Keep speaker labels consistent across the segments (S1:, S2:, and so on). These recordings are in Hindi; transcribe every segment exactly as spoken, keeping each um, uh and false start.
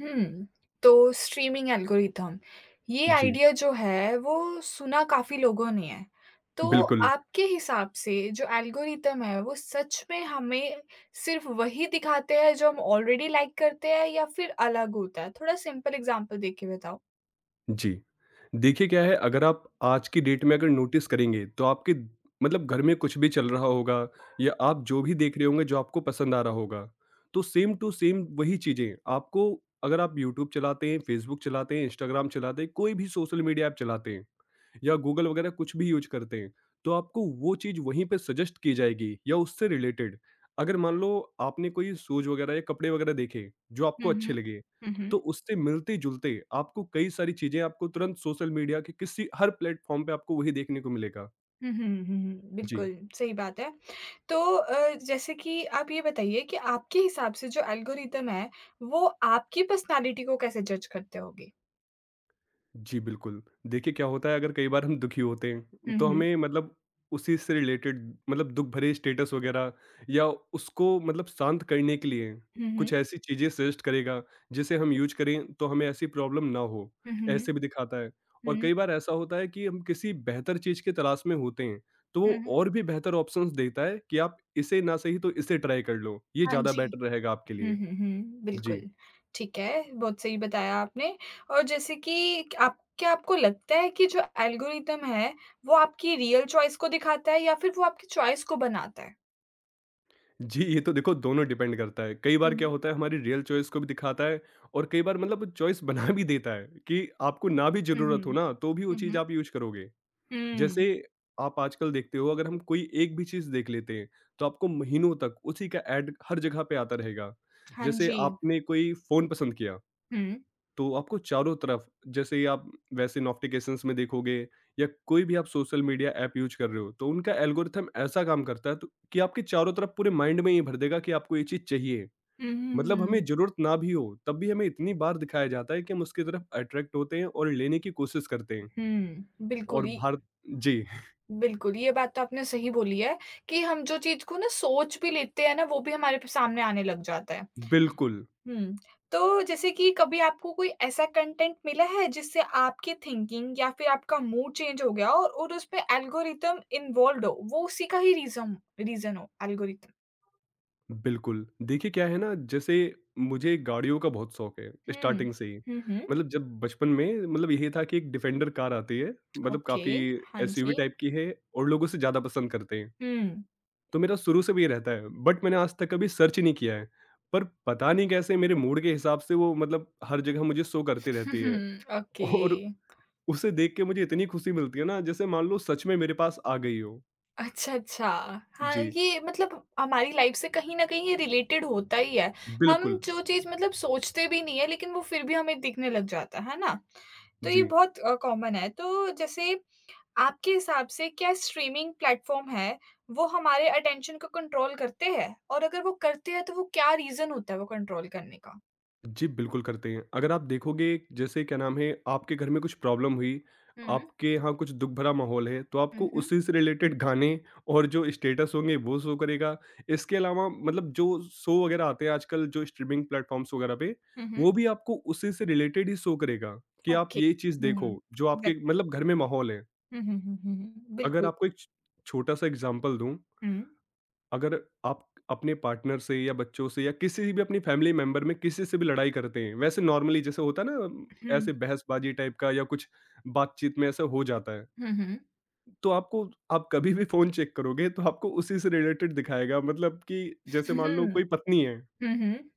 S1: हुँ। तो स्ट्रीमिंग एल्गोरिथम, ये
S2: जी,
S1: आइडिया जो है वो सुना काफ़ी लोगों ने है। तो
S2: बिल्कुल,
S1: आपके हिसाब से जो एल्गोरिथम है वो सच में हमें सिर्फ़ वही दिखाते हैं जो हम ऑलरेडी लाइक करते हैं या फिर अलग होता है? थोड़ा सिंपल एग्ज़ाम्पल दे के बताओ।
S2: जी। देखिए क्या है, अगर आप आज की डेट में अगर नोटिस करेंगे तो आपके द- मतलब घर में कुछ भी चल रहा होगा, या आप जो भी देख रहे होंगे, जो आपको पसंद आ रहा होगा, तो सेम टू सेम वही चीज़ें आपको, अगर आप यूट्यूब चलाते हैं, फेसबुक चलाते हैं, इंस्टाग्राम चलाते हैं, कोई भी सोशल मीडिया ऐप चलाते हैं, या गूगल वगैरह कुछ भी यूज़ करते हैं, तो आपको वो चीज़ वहीं पे सजेस्ट की जाएगी या उससे रिलेटेड। अगर मान लो आपने कोई शूज़ वगैरह या कपड़े वगैरह देखे, जो आपको
S1: हुँ,
S2: अच्छे
S1: हुँ।
S2: लगे,
S1: हुँ, हुँ।
S2: तो उससे मिलते-जुलते आपको कई सारी चीज़ें आपको तुरंत सोशल मीडिया के किसी हर प्लेटफ़ॉर्म पे आपको वही देखने को मिलेगा।
S1: हुँ, हुँ, हुँ, हुँ।
S2: जी।
S1: बिल्कुल, सही बात है। तो अ, जैसे कि आप ये बताइए कि आपके हिसाब से जो एल्गोरिथम है, वो आपकी पर्सनैलिटी को कैसे जज करते होगे?
S2: जी, बिल्कुल। देखिए क्या होता है, अगर कई बार हम दुखी होते हैं,
S1: हुँ,
S2: तो
S1: हुँ।
S2: हमें मतलब उसी से रिलेटेड, मतलब दुःख भरे स्टेटस वगैरह, या उसको मतलब शांत करने के लिए
S1: हुँ,
S2: कुछ
S1: हुँ।
S2: ऐसी चीज़ें सजेस्ट करेगा, जिसे हम यूज़ करें तो हमें ऐसी प्रॉब्लम ना हो,
S1: हुँ, हुँ।
S2: ऐसे भी दिखाता है। और
S1: हुँ,
S2: कई बार ऐसा होता है कि हम किसी बेहतर चीज़ की तलाश में होते हैं, तो वो
S1: हुँ।
S2: और भी बेहतर ऑप्शंस देता है कि आप इसे ना सही तो इसे ट्राई कर लो, ये
S1: हाँ
S2: ज़्यादा
S1: जी।
S2: बेटर रहेगा आपके
S1: हुँ,
S2: लिए।
S1: हुँ, हुँ। बिल्कुल,
S2: जी।
S1: ठीक है, बहुत सही बताया आपने। और जैसे कि आप क्या आपको लगता है कि जो एल्गोरिदम है, वो आपकी रियल चॉइस को दिखाता है या फिर वो आपकी चॉइस को बनाता है?
S2: जी, ये तो देखो दोनों डिपेंड करता है। कई
S1: हुँ,
S2: बार क्या
S1: हुँ।
S2: होता है, हमारी रियल चॉइस को भी दिखाता है, और कई बार मतलब चॉइस बना भी देता है कि आपको ना भी
S1: हुँ,
S2: ज़रूरत हो
S1: हुँ।
S2: ना, तो भी वो
S1: हुँ,
S2: चीज़
S1: हुँ।
S2: आप यूज़ करोगे।
S1: हुँ।
S2: जैसे आप आजकल देखते हो, अगर हम कोई एक भी चीज़ देख लेते हैं, तो आपको महीनों तक उसी का ऐड हर जगह पे आता रहेगा।
S1: हाँ
S2: जैसे
S1: जी।
S2: आपने कोई फ़ोन पसंद किया,
S1: हुँ।
S2: तो आपको चारों तरफ, जैसे ही आप, वैसे नोटिफिकेशंस में देखोगे, या कोई भी आप सोशल मीडिया ऐप यूज कर रहे हो, तो उनका एल्गोरिथम ऐसा काम करता है, तो कि आपके चारों तरफ पूरे माइंड में ये भर देगा कि आपको ये चीज चाहिए।
S1: हुँ, हुँ,
S2: मतलब हमें
S1: हुँ।
S2: जरूरत ना भी हो तब भी हमें इतनी बार दिखाया जाता है कि हम उसकी तरफ अट्रैक्ट होते हैं और लेने की कोशिश करते हैं।
S1: हुँ, बिल्कुल
S2: और
S1: ही।
S2: भारत। जी।
S1: बिल्कुल, ये बात तो आपने सही बोली है कि हम जो चीज़ को ना सोच भी लेते हैं ना, वो भी हमारे प सामने आने लग जाता है।
S2: बिल्कुल,
S1: हुँ। तो जैसे कि कभी आपको कोई ऐसा कंटेंट मिला है जिससे आपकी थिंकिंग या फिर आपका मूड चेंज हो गया और और उसमें एल्गोरिदम इन्वॉल्व्ड हो, वो उसी का ही रीज़न रीज़न हो एल्गोरिदम?
S2: बिल्कुल। देखिए क्या है ना, जैसे मुझे गाड़ियों का बहुत शौक है,
S1: हुँ।
S2: स्टार्टिंग से ही।
S1: हुँ, हुँ।
S2: मतलब जब बचपन में, मतलब यही था कि एक डिफेंडर कार आती है, मतलब
S1: ओके,
S2: काफ़ी
S1: हाँ
S2: एसयूवी
S1: जी।
S2: टाइप की है और लोग उसे ज़्यादा पसंद करते हैं।
S1: हुँ।
S2: तो मेरा शुरू से भी ये रहता है, बट मैंने आज तक कभी सर्च नहीं किया है। पर पता नहीं कैसे मेरे मूड के हिसाब से वो मतलब हर जगह मुझे शो करती रहती है,
S1: ओके।
S2: और उसे देख के मुझे इतनी खुशी मिलती है ना, जैसे मान लो सच में मेरे पास आ गई हो।
S1: अच्छा, अच्छा। हाँ,
S2: जी,
S1: ये मतलब हमारी लाइफ़ से कहीं न कहीं ये रिलेटेड होता ही है। हम
S2: बिल्कुल।
S1: जो चीज़ मतलब सोचते भी नहीं है लेकिन वो फिर भी हमें दिखने लग जाता है, है ना? तो ये
S2: जी।
S1: बहुत अ, कॉमन है। तो जैसे आपके हिसाब से क्या स्ट्रीमिंग प्लेटफ़ॉर्म है, वो हमारे अटेंशन को कंट्रोल करते हैं? और अगर वो करते हैं तो वो क्या रीज़न होता है वो कंट्रोल करने का?
S2: जी, बिल्कुल करते हैं। अगर आप देखोगे, जैसे क्या नाम है, आपके घर में कुछ प्रॉब्लम हुई,
S1: हुँ।
S2: आपके यहाँ कुछ दुःख भरा माहौल है, तो आपको
S1: हुँ, हुँ।
S2: उसी से रिलेटेड गाने और जो स्टेटस होंगे वो शो करेगा। इसके अलावा मतलब जो शो वगैरह आते हैं आजकल, जो स्ट्रीमिंग प्लेटफ़ॉर्म्स वगैरह पे,
S1: हुँ, हुँ।
S2: वो भी आपको उसी से रिलेटेड ही शो करेगा कि आप
S1: ओके।
S2: ये चीज़
S1: हुँ,
S2: देखो, जो आपके
S1: एग्ज़ैक्टली।
S2: मतलब घर में माहौल है।
S1: हुँ, हुँ, हुँ, हुँ, हुँ।
S2: अगर
S1: बिल्कुल।
S2: आपको एक छ छोटा-सा एग्ज़ाम्पल दूँ,
S1: हुँ,
S2: अगर आप अपने पार्टनर से या बच्चों से या किसी भी अपनी फैमिली मेंबर में किसी से भी लड़ाई करते हैं, वैसे नॉर्मली जैसे होता है ना, अम,
S1: हुँ।
S2: ऐसे बहसबाजी टाइप का या कुछ बातचीत में ऐसा हो जाता है,
S1: हुँ, हुँ।
S2: तो आपको, आप कभी भी फोन चेक करोगे तो आपको उसी से रिलेटेड दिखाएगा, मतलब कि जैसे मान लो
S1: हुँ,
S2: कोई पत्नी है,
S1: हुँ, हुँ।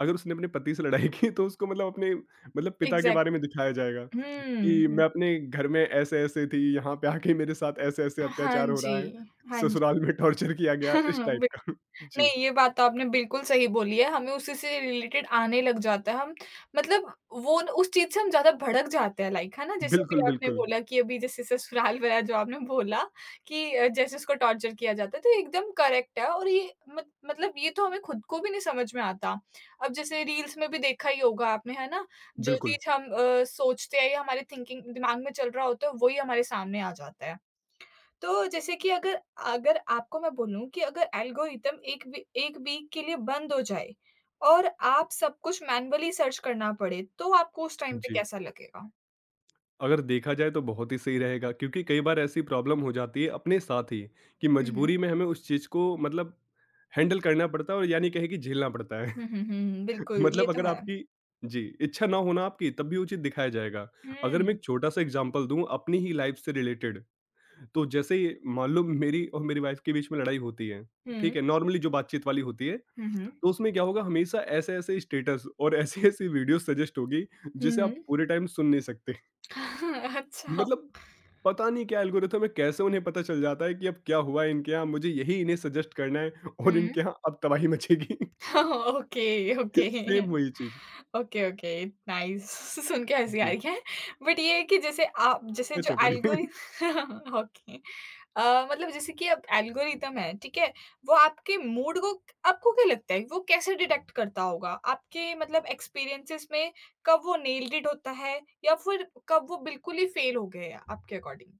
S2: अगर उसने अपने पति से लड़ाई की, तो उसको मतलब अपने मतलब पिता के बारे
S1: एग्ज़ैक्टली।
S2: में दिखाया जाएगा
S1: हुँ,
S2: कि
S1: हुँ।
S2: मैं अपने घर में ऐसे ऐसे थी, यहाँ पे आके मेरे साथ ऐसे ऐसे
S1: हाँ
S2: अत्याचार हो रहा है,
S1: जी, हाँ जी।
S2: ससुराल में टॉर्चर किया गया, इस टाइप
S1: बिल्कुल।
S2: का। जी।
S1: नहीं, ये बात तो आपने बिल्कुल सही बोली है, हमें उसी से रिलेटेड आने लग जाता है, हम मतलब वो न उस चीज़ से हम ज़्यादा भड़क जाते हैं लाइक, है ना? जैसे
S2: बिल्कुल,
S1: अभी आपने
S2: बिल्कुल।
S1: बोला कि अभी जैसे ससुराल वाला जो आपने बोला कि अ, जैसे उसको टॉर्चर किया जाता है, तो ये एकदम करेक्ट है और ये मत मतलब ये तो हमें खुद को भी नहीं समझ में आता। अब जैसे रील्स में भी देखा ही होगा आपने, है ना? जो
S2: बिल्कुल,
S1: चीज़ हम अ, सोचते हैं या हमारे थिंकिंग दिमाग में चल रहा होता है, वही हमारे सामने आ जाता है। तो जैसे कि अगर अगर आपको मैं बोलूँ कि अगर एल्गोरिथम एक वी एक वीक के लिए बंद हो जाए और आप सब कुछ मैनुअली सर्च करना पड़े, तो आपको उस टाइम पे
S2: जी।
S1: कैसा लगेगा?
S2: अगर देखा जाए तो बहुत ही सही रहेगा, क्योंकि कई बार ऐसी प्रॉब्लम हो जाती है अपने साथ ही, कि
S1: हुँ, हुँ।
S2: मजबूरी में हमें उस चीज़ को मतलब हैंडल करना पड़ता है, और यानी कहे कि झेलना पड़ता है।
S1: हुँ, हुँ, हुँ, बिल्कुल, ये
S2: मतलब
S1: तो
S2: अगर
S1: है।
S2: आपकी, जी, इच्छा ना हो ना आपकी, तब भी वो चीज़ दिखाया जाएगा। अगर मैं
S1: हुँ,
S2: एक छोटा-सा एग्ज़ाम्पल दूँ अपनी ही लाइफ़ से रिलेटेड, तो जैसे मान लो मेरी और मेरी वाइफ़ के बीच में लड़ाई होती है, ठीक
S1: हुँ,
S2: है? नॉर्मली जो बातचीत वाली होती है,
S1: हुँ, हुँ,
S2: तो उसमें क्या होगा, हमेशा ऐसे-ऐसे स्टेटस और ऐसी-ऐसी वीडियो सजेस्ट होगी,
S1: हुँ,
S2: जिसे आप
S1: हुँ।
S2: पूरे टाइम सुन नहीं सकते।
S1: अच्छा।
S2: मतलब पता नहीं क्या एल्गोरिथम है, कैसे उन्हें पता चल जाता है कि अब क्या हुआ है इनके यहाँ, मुझे यही इन्हें सजेस्ट करना है और
S1: हुँ।
S2: इनके यहाँ अब तबाही मचेगी।
S1: Okay, okay.
S2: सेम वही चीज़।
S1: ओके, ओके, नाइस सुन के हँसी आ
S2: जी,
S1: रही है। बट ये है कि जैसे आप जैसे
S2: सच
S1: जो
S2: है पर ये।
S1: एल्गोरि ओके। अ, मतलब जैसे कि अब एल्गोरिदम है, ठीक है? वो आपके मूड को आपको क्या लगता है वो कैसे डिटेक्ट करता होगा? आपके मतलब एक्सपीरियंसेस में कब वो नेल्ड इट होता है या फिर कब वो बिल्कुल ही फेल हो गए हैं आपके अकॉर्डिंग?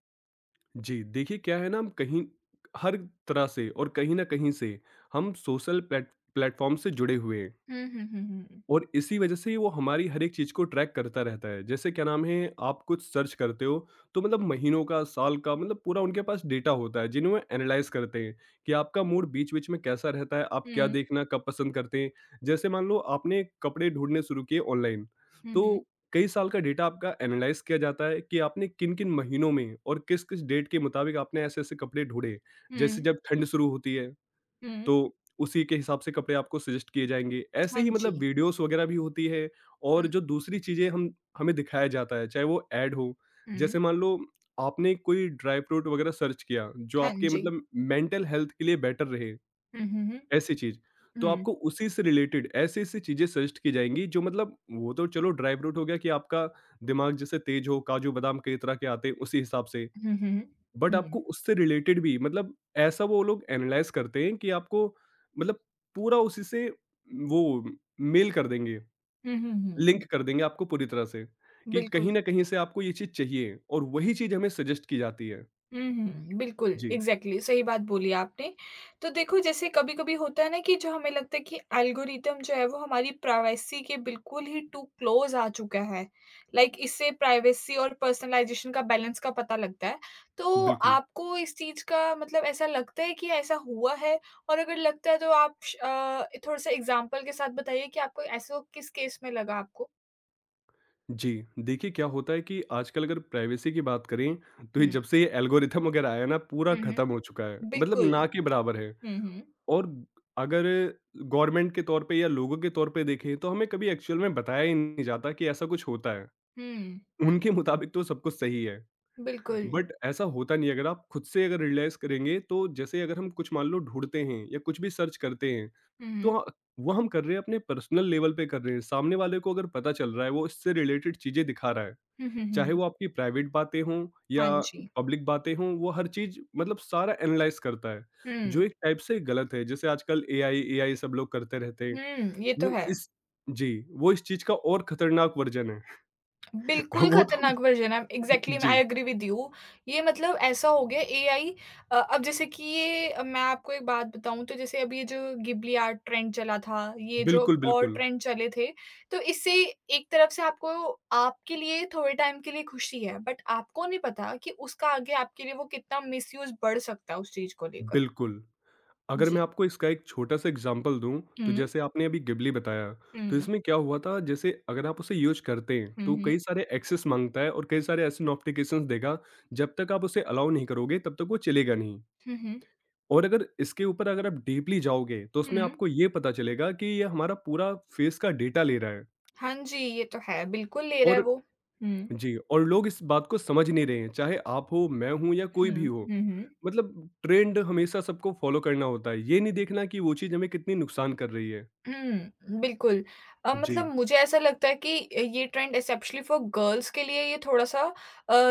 S2: जी, देखिए क्या है ना, हम कहीं, हर तरह से और कहीं न कहीं से हम सोशल प्लेट प्लेटफ़ॉर्म से जुड़े हुए हैं।
S1: हुँ, हुँ, हुँ, हुँ।
S2: और इसी वजह से वो हमारी हर एक चीज़ को ट्रैक करता रहता है। जैसे क्या नाम है, आप कुछ सर्च करते हो, तो मतलब महीनों का, साल का, मतलब पूरा उनके पास डेटा होता है, जिन्हें वो एनालाइज़ करते हैं कि आपका मूड बीच-बीच में कैसा रहता है, आप क्या
S1: हुँ,
S2: देखना कब पसंद करते हैं। जैसे मान लो आपने कपड़े ढूँढने शुरू किए ऑनलाइन,
S1: हुँ, हुँ,
S2: तो कई साल का डेटा आपका एनालाइज़ किया जाता है कि आपने किन-किन महीनों में और किस-किस डेट के मुताबिक आपने ऐसे-ऐसे कपड़े ढूँढे। जैसे
S1: हुँ,
S2: जब ठंड शुरू होती है,
S1: हुँ,
S2: तो उसी के हिसाब से कपड़े आपको सजेस्ट किए जाएँगे। ऐसे
S1: हाँ
S2: ही मतलब
S1: जी।
S2: वीडियोज़ वगैरह भी होती है,
S1: हुँ,
S2: और जो दूसरी चीज़ें हम हमें दिखाया जाता है, चाहे वो ऐड हो।
S1: हुँ,
S2: जैसे मान लो आपने कोई ड्राई फ्रूट वगैरह सर्च किया, जो
S1: हाँ
S2: आपके
S1: जी।
S2: मतलब मेंटल हेल्थ के लिए बेटर रहे,
S1: हुँ, हुँ, हुँ,
S2: ऐसी चीज़। तो
S1: हुँ,
S2: आपको उसी से रिलेटेड ऐसी-ऐसी चीज़ें सजेस्ट की जाएँगी, जो मतलब वो तो चलो ड्राई फ्रूट हो गया कि आपका दिमाग जैसे तेज हो, काजू-बादाम कई तरह के आते हैं, उसी हिसाब से।
S1: हुँ, हुँ,
S2: बट
S1: हुँ, हुँ,
S2: आपको उससे रिलेटेड भी मतलब ऐसा वो लोग एनालाइज करते हैं कि आपको, मतलब, पूरा उसी से वो मेल कर देंगे,
S1: हुँ, हुँ, हुँ,
S2: लिंक कर देंगे आपको पूरी तरह से, कि कहीं
S1: बिल्कुल।
S2: न कहीं से आपको ये चीज़ चाहिए, और वही चीज़ हमें सजेस्ट की जाती है।
S1: हुँ, बिल्कुल,
S2: जी,
S1: एग्ज़ैक्टली सही बात बोली आपने। तो देखो जैसे कभी-कभी होता है ना कि जो हमें लगता है कि एल्गोरिदम जो है वो हमारी प्राइवेसी के बिल्कुल ही टू क्लोज़ आ चुका है। लाइक like, इससे प्राइवेसी और पर्सनलाइज़ेशन का बैलेंस का पता लगता है। तो
S2: बिल्कुल।
S1: आपको इस चीज़ का मतलब ऐसा लगता है कि ऐसा हुआ है? और अगर लगता है तो आप श अ, थोड़ा-सा एग्ज़ाम्पल के साथ बताइए कि आपको ऐसा किस केस में लगा आपको?
S2: जी, देखिए क्या होता है कि आजकल अगर प्राइवेसी की बात करें, तो ये
S1: हुँ,
S2: जब से ये एल्गोरिथम वगैरह आया है ना, पूरा
S1: हुँ, हुँ,
S2: खत्म हो चुका है, मतलब
S1: बिल्कुल।
S2: ना के बराबर है।
S1: हुँ, हुँ,
S2: और अगर गवर्नमेंट के तौर पे या लोगों के तौर पे देखें, तो हमें कभी एक्चुअल में बताया ही नहीं जाता कि ऐसा कुछ होता है।
S1: हुँ,
S2: उनके मुताबिक तो सब कुछ सही है,
S1: बिल्कुल।
S2: बट ऐसा होता नहीं है। अगर आप खुद से अगर रियलाइज़ करेंगे, तो जैसे अगर हम कुछ मान लो ढूँढते हैं या कुछ भी सर्च करते हैं,
S1: हुँ,
S2: तो
S1: हुँ।
S2: अ, वो हम कर रहे हैं, अपने पर्सनल लेवल पे कर रहे हैं। सामने वाले को अगर पता चल रहा है, वो इससे रिलेटेड चीज़ें दिखा रहा है।
S1: हुँ, हुँ,
S2: चाहे
S1: हुँ।
S2: वो आपकी प्राइवेट बातें हों या
S1: हाँ जी।
S2: पब्लिक बातें हों, वो हर चीज़ मतलब सारा एनालाइज़ करता है,
S1: हुँ।
S2: जो एक टाइप से गलत है। जैसे आजकल एआई, एआई सब लोग करते रहते हैं,
S1: हुँ, ये तो
S2: वो
S1: है।
S2: इस जी, वो इस चीज़ का और खतरनाक वर्ज़न है।
S1: बिल्कुल
S2: वो तो,
S1: खतरनाक वर्ज़न है, एग्ज़ैक्टली आई
S2: जी,
S1: एग्री विद यू। ये मतलब ऐसा हो गया एआई। अ, अब जैसे कि ये अ, मैं आपको एक बात बताऊँ तो जैसे अभी ये जो गिबली आर्ट ट्रेंड चला था, ये जो
S2: बिल्कुल,
S1: और
S2: बिल्कुल,
S1: ट्रेंड चले थे, तो इससे एक तरफ से आपको आपके लिए थोड़े टाइम के लिए खुशी है, बट आपको नहीं पता कि उसका आगे आपके लिए वो कितना मिसयूज़ बढ़ सकता है उस चीज़ को लेकर।
S2: बिल्कुल। अगर मैं
S1: जी।
S2: आपको इसका एक छोटा-सा एग्ज़ाम्पल दूँ, तो
S1: हुँ।
S2: जैसे आपने अभी गिबली बताया, तो
S1: हुँ।
S2: इसमें क्या हुआ था, जैसे अगर आप उसे यूज़ करते हैं,
S1: हुँ,
S2: तो
S1: हुँ।
S2: कई सारे एक्सेस माँगता है और कई सारे ऐसे नोटिफ़िकेशंस देगा, जब तक आप उसे अलाउ नहीं करोगे तब तक वो चलेगा नहीं।
S1: हुँ, हुँ।
S2: और अगर इसके ऊपर अगर आप डीपली जाओगे, तो उसमें
S1: हुँ।
S2: आपको ये पता चलेगा कि ये हमारा पूरा फेस का डेटा ले रहा है,
S1: हाँ जी, ये तो है, बिल्कुल ले रहा है
S2: और
S1: वो। हुँ,
S2: जी, और लोग इस बात को समझ नहीं रहे हैं, चाहे आप हो, मैं हूँ या कोई
S1: हुँ,
S2: भी हो।
S1: हुँ, हुँ।
S2: मतलब ट्रेंड हमेशा सबको फ़ॉलो करना होता है, ये नहीं देखना कि वो चीज़ हमें कितनी नुकसान कर रही है।
S1: हुँ, बिल्कुल। अ, मतलब
S2: जी,
S1: मुझे ऐसा लगता है कि ये ट्रेंड एस्पेशली फॉर गर्ल्स के लिए ये थोड़ा-सा अ,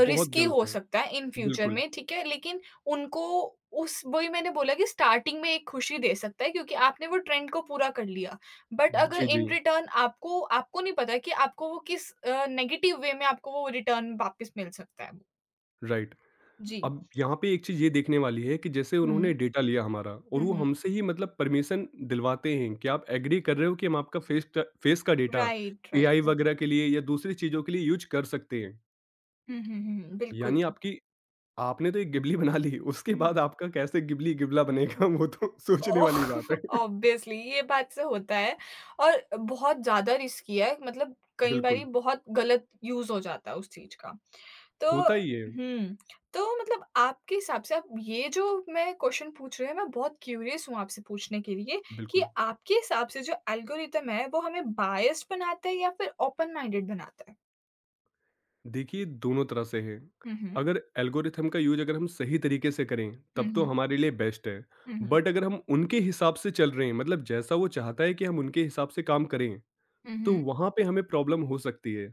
S2: बहुत
S1: रिस्की
S2: गलत
S1: हो
S2: है।
S1: सकता है इन फ्यूचर
S2: बिल्कुल।
S1: में, ठीक है? लेकिन उनको उस वही मैंने बोला कि स्टार्टिंग में एक खुशी दे सकता है क्योंकि आपने वो ट्रेंड को पूरा कर लिया। बट अगर
S2: जी, जी,
S1: इन रिटर्न आपको आपको नहीं पता कि आपको वो किस अ, नेगेटिव वे में आपको वो रिटर्न वापस मिल सकता है।
S2: राइट।
S1: जी।
S2: अब यहाँ पे एक चीज़ ये देखने वाली है कि जैसे उन्होंने
S1: हुँ,
S2: डेटा लिया हमारा, और
S1: हुँ,
S2: वो
S1: हुँ।
S2: हमसे ही मतलब परमिशन दिलवाते हैं कि आप एग्री कर रहे हो कि हम आपका फेस ट फेस का डेटा
S1: राइट,
S2: एआई
S1: राइट।
S2: वगैरह के लिए या दूसरी चीज़ों के लिए यूज़ कर सकते हैं।
S1: हुँ, हुँ, हुँ, बिल्कुल।
S2: यानी आपकी आपने तो एक गिबली बना ली, उसके
S1: हुँ।
S2: बाद आपका कैसे गिबली गिबला बनेगा, वो तो सोचने
S1: ओ
S2: वाली बात है।
S1: ऑब्वियसली ये बात से होता है और बहुत ज़्यादा रिस्की है मतलब कई बारी
S2: बिल्कुल,
S1: बहुत गलत यूज़ हो जाता है उस चीज़ का। तो
S2: होता ही है।
S1: हुँ, तो मतलब आपके हिसाब से आप ये जो मैं क्वेश्चन पूछ रही हूँ मैं बहुत क्यूरियस हूँ आपसे पूछने के लिए कि
S2: बिल्कुल।
S1: आपके हिसाब से जो एल्गोरिथम है वो हमें बायस्ड बनाता है या फिर ओपन माइंडेड बनाता है?
S2: देखिए, दोनों तरह से है।
S1: हुँ, हुँ।
S2: अगर एल्गोरिथम का यूज़ अगर हम सही तरीके से करें,
S1: हुँ,
S2: तब तो
S1: हुँ।
S2: हमारे लिए बेस्ट है।
S1: हुँ, हुँ।
S2: बट अगर हम उनके हिसाब से चल रहे हैं, मतलब जैसा वो चाहता है कि हम उनके हिसाब से काम करें,
S1: हुँ,
S2: तो
S1: हुँ।
S2: वहाँ पे हमें प्रॉब्लम हो सकती है।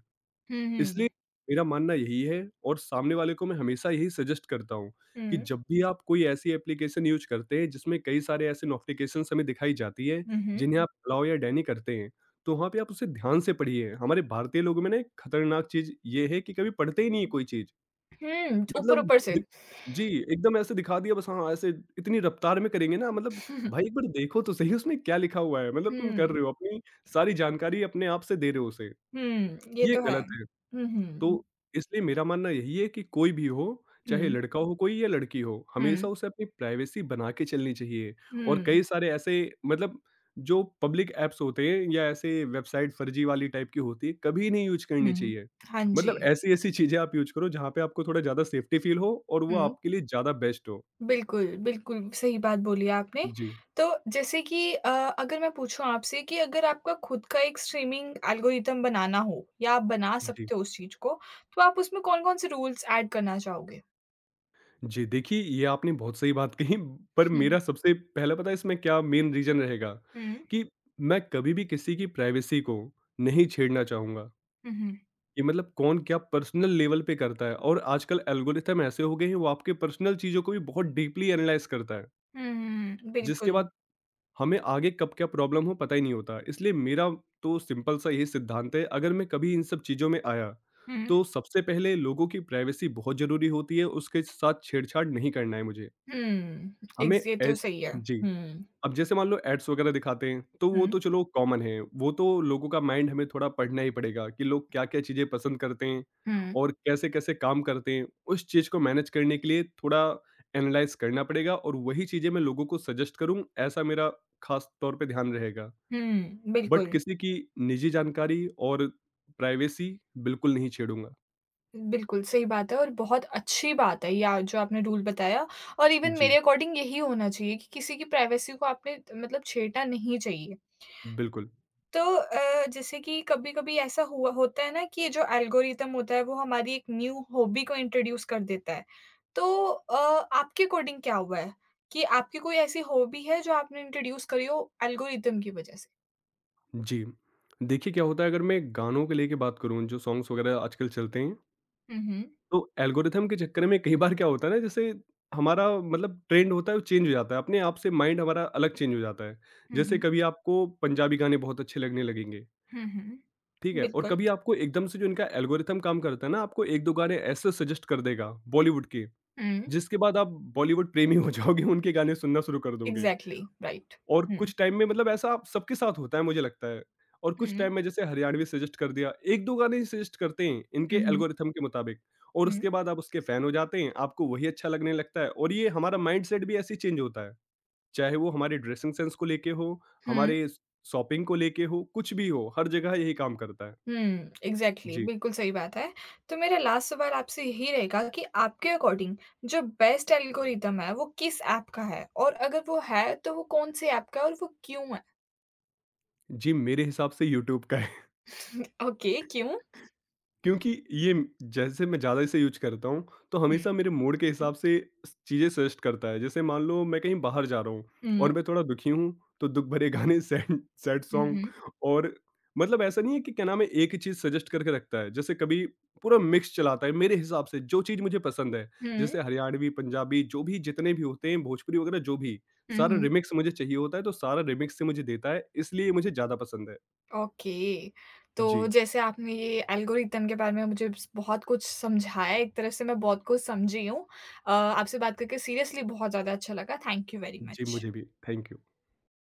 S1: हुँ,
S2: इसलिए
S1: हुँ।
S2: मेरा मानना यही है, और सामने वाले को मैं हमेशा यही सजेस्ट करता हूँ कि
S1: हुँ।
S2: जब भी आप कोई ऐसी एप्लीकेशन यूज़ करते हैं जिसमें कई सारे ऐसे नोटिफिकेशंस हमें दिखाई जाती है
S1: हुँ, हुँ।
S2: जिन्हें आप अलाउ या डैनी करते हैं, तो वहाँ पे आप उसे ध्यान से पढ़िए। हमारे भारतीय लोगों में ना एक खतरनाक चीज़ ये है कि कभी पढ़ते ही नहीं है कोई चीज़।
S1: हुँ,
S2: मतलब
S1: ऊपर-ऊपर से।
S2: दि जी, एकदम ऐसे दिखा दिया, बस हाँ, ऐसे इतनी रफ़्तार में करेंगे ना, मतलब
S1: हुँ,
S2: भाई एक बार देखो तो सही उसमें क्या लिखा हुआ है, मतलब तुम कर
S1: हुँ,
S2: रहे हो अपनी सारी जानकारी अपने आप से दे रहे हो उसे,
S1: हुँ, ये
S2: ये
S1: तो है।
S2: गलत है।
S1: हुँ, हुँ,
S2: तो इसलिए मेरा मानना यही है कि कोई भी हो, चाहे
S1: हुँ,
S2: लड़का हो कोई या लड़की हो, हमेशा
S1: हुँ,
S2: उसे अपनी प्राइवेसी बना के चलनी चाहिए। और
S1: हुँ,
S2: कई सारे ऐसे, मतलब जो पब्लिक ऐप्स होते हैं या ऐसे वेबसाइट फर्जी वाली टाइप की होती है, कभी नहीं यूज़ करनी
S1: हुँ।
S2: चाहिए।
S1: हाँ जी।
S2: मतलब ऐसी-ऐसी चीज़ें आप यूज़ करो जहाँ पे आपको थोड़ा ज़्यादा सेफ्टी फील हो और वो
S1: हुँ,
S2: आपके लिए ज़्यादा बेस्ट हो।
S1: बिल्कुल, बिल्कुल सही बात बोली आपने।
S2: जी,
S1: तो जैसे कि अ, अगर मैं पूछूँ आपसे कि अगर आपका खुद का एक स्ट्रीमिंग एल्गोरिदम बनाना हो या आप बना
S2: जी।
S1: सकते हो उस चीज़ को, तो आप उसमें कौन-कौन से रूल्स ऐड करना चाहोगे?
S2: जी, देखिए ये आपने बहुत सही बात कही, पर
S1: हुँ,
S2: मेरा सबसे पहला, पता है इसमें क्या मेन रीज़न रहेगा,
S1: हुँ,
S2: कि मैं कभी भी किसी की प्राइवेसी को नहीं छेड़ना चाहूँगा।
S1: हुँ, हुँ,
S2: कि मतलब कौन क्या पर्सनल लेवल पे करता है, और आजकल एल्गोरिथम ऐसे हो गए हैं, वो आपके पर्सनल चीज़ों को भी बहुत डीपली एनालाइज़ करता है,
S1: हुँ, हुँ,
S2: जिसके
S1: बिल्कुल।
S2: बाद हमें आगे कब क्या प्रॉब्लम हो पता ही नहीं होता। इसलिए मेरा तो सिंपल सा यही सिद्धांत है, अगर मैं कभी इन सब चीज़ों में आया,
S1: हुँ,
S2: तो सबसे पहले लोगों की प्राइवेसी बहुत ज़रूरी होती है, उसके साथ छेड़छाड़ नहीं करना है मुझे।
S1: हुँ,
S2: हमें
S1: एग्ज़ ये तो
S2: ऐस
S1: सही है।
S2: जी,
S1: हुँ,
S2: अब जैसे मान लो एड्स वगैरह दिखाते हैं, तो वो
S1: हुँ,
S2: तो चलो कॉमन है, वो तो लोगों का माइंड हमें थोड़ा पढ़ना ही पड़ेगा कि लोग क्या-क्या चीज़ें पसंद करते हैं
S1: हुँ,
S2: और कैसे-कैसे काम करते हैं। उस चीज़ को मैनेज करने के लिए थोड़ा एनालाइज़ करना पड़ेगा, और वही चीज़ें मैं लोगों को सजेस्ट करूँ, ऐसा मेरा खास तौर पे ध्यान रहेगा।
S1: हुँ,
S2: बट
S1: बिल्कुल।
S2: किसी की निजी जानकारी और प्राइवेसी बिल्कुल नहीं छेड़ूँगा।
S1: बिल्कुल, सही बात है और बहुत अच्छी बात है या जो आपने रूल बताया और इवन मेरे
S2: जी,
S1: अकॉर्डिंग यही होना चाहिए कि किसी की प्राइवेसी को आपने मतलब छेड़ना नहीं चाहिए।
S2: बिल्कुल।
S1: तो अ, जैसे कि कभी-कभी ऐसा हुआ होता है ना कि ये जो एल्गोरिदम होता है वो हमारी एक न्यू हॉबी को इंट्रोड्यूस कर देता है। तो अ, आपके अकॉर्डिंग क्या हुआ है? कि आपकी कोई ऐसी हॉबी है जो आपने इंट्रोड्यूस करी हो एल्गोरिदम की वजह से?
S2: जी, देखिए क्या होता है, अगर मैं गानों को लेके बात करूँ, जो सॉन्ग्स वगैरह आजकल चलते हैं,
S1: हुँ, हुँ।
S2: तो एल्गोरिथम के चक्कर में कई बार क्या होता है ना, जैसे हमारा मतलब ट्रेंड होता है वो चेंज हो जाता है, अपने आप से माइंड हमारा अलग चेंज हो जाता है।
S1: हुँ,
S2: जैसे
S1: हुँ।
S2: कभी आपको पंजाबी गाने बहुत अच्छे लगने लगेंगे,
S1: हुँ,
S2: ठीक
S1: हुँ।
S2: है। और
S1: बिल्कुल।
S2: कभी आपको एकदम से, जो इनका एल्गोरिथम काम करता है ना, आपको एक दो गाने ऐसे सजेस्ट कर देगा बॉलीवुड के,
S1: हुँ।
S2: जिसके बाद आप बॉलीवुड प्रेमी हो जाओगे, उनके गाने सुनना शुरू कर दोगे।
S1: Exactly, right.
S2: और
S1: हुँ।
S2: कुछ टाइम में, मतलब ऐसा आप सबके साथ होता है मुझे लगता है, और कुछ
S1: हुँ।
S2: टाइम में जैसे हरियाणवी सजेस्ट कर दिया, एक दो गाने ही सजेस्ट करते हैं इनके
S1: हुँ, हुँ।
S2: एल्गोरिथम के मुताबिक, और
S1: हुँ।
S2: उसके बाद आप उसके फैन हो जाते हैं, आपको वही अच्छा लगने लगता है। और ये हमारा माइंडसेट भी ऐसे चेंज होता है, चाहे वो हमारे ड्रेसिंग सेंस को लेके हो,
S1: हुँ,
S2: हमारे शॉपिंग को लेके हो, कुछ भी हो, हर जगह यही काम करता है।
S1: हुँ, एग्ज़ैक्टली
S2: जी।
S1: बिल्कुल सही बात है। तो मेरा लास्ट सवाल आपसे यही रहेगा कि आपके अकॉर्डिंग जो बेस्ट एल्गोरिदम है वो किस ऐप का है? और अगर वो है तो वो कौन-से ऐप का है और वो क्यों है?
S2: जी, मेरे हिसाब से यूट्यूब का।
S1: ओके क्यों?
S2: क्योंकि ये, जैसे मैं ज़्यादा इसे यूज़ करता हूँ, तो
S1: हुँ,
S2: हमेशा मेरे मूड के हिसाब से स चीज़ें सजेस्ट करता है। जैसे मान लो मैं कहीं बाहर जा रहा हूँ
S1: हुँ,
S2: और मैं थोड़ा दुखी हूँ, तो दुःख भरे गाने, सैड सैड सॉन्ग।
S1: हुँ,
S2: और मतलब ऐसा नहीं है कि, क्या नाम है, एक ही चीज़ सजेस्ट करके रखता है। जैसे कभी पूरा मिक्स चलाता है मेरे हिसाब से जो चीज़ मुझे पसंद है।
S1: हुँ,
S2: जैसे हरियाणवी, पंजाबी जो भी जितने भी होते हैं, भोजपुरी वगैरह जो भी,
S1: हुँ,
S2: सारा
S1: हुँ।
S2: रिमिक्स मुझे चाहिए होता है, तो सारा रिमिक्स से मुझे देता है, इसलिए ये मुझे ज़्यादा पसंद है।
S1: ओके, तो
S2: जी।
S1: जैसे आपने ये एल्गोरिदम के बारे में मुझे स बहुत कुछ समझाया एक तरह से मैं बहुत कुछ समझी हूँ। अ, आपसे बात करके सीरियसली बहुत ज़्यादा अच्छा लगा। थैंक यू वेरी
S2: जी,
S1: मच।
S2: मुझे भी। Thank you.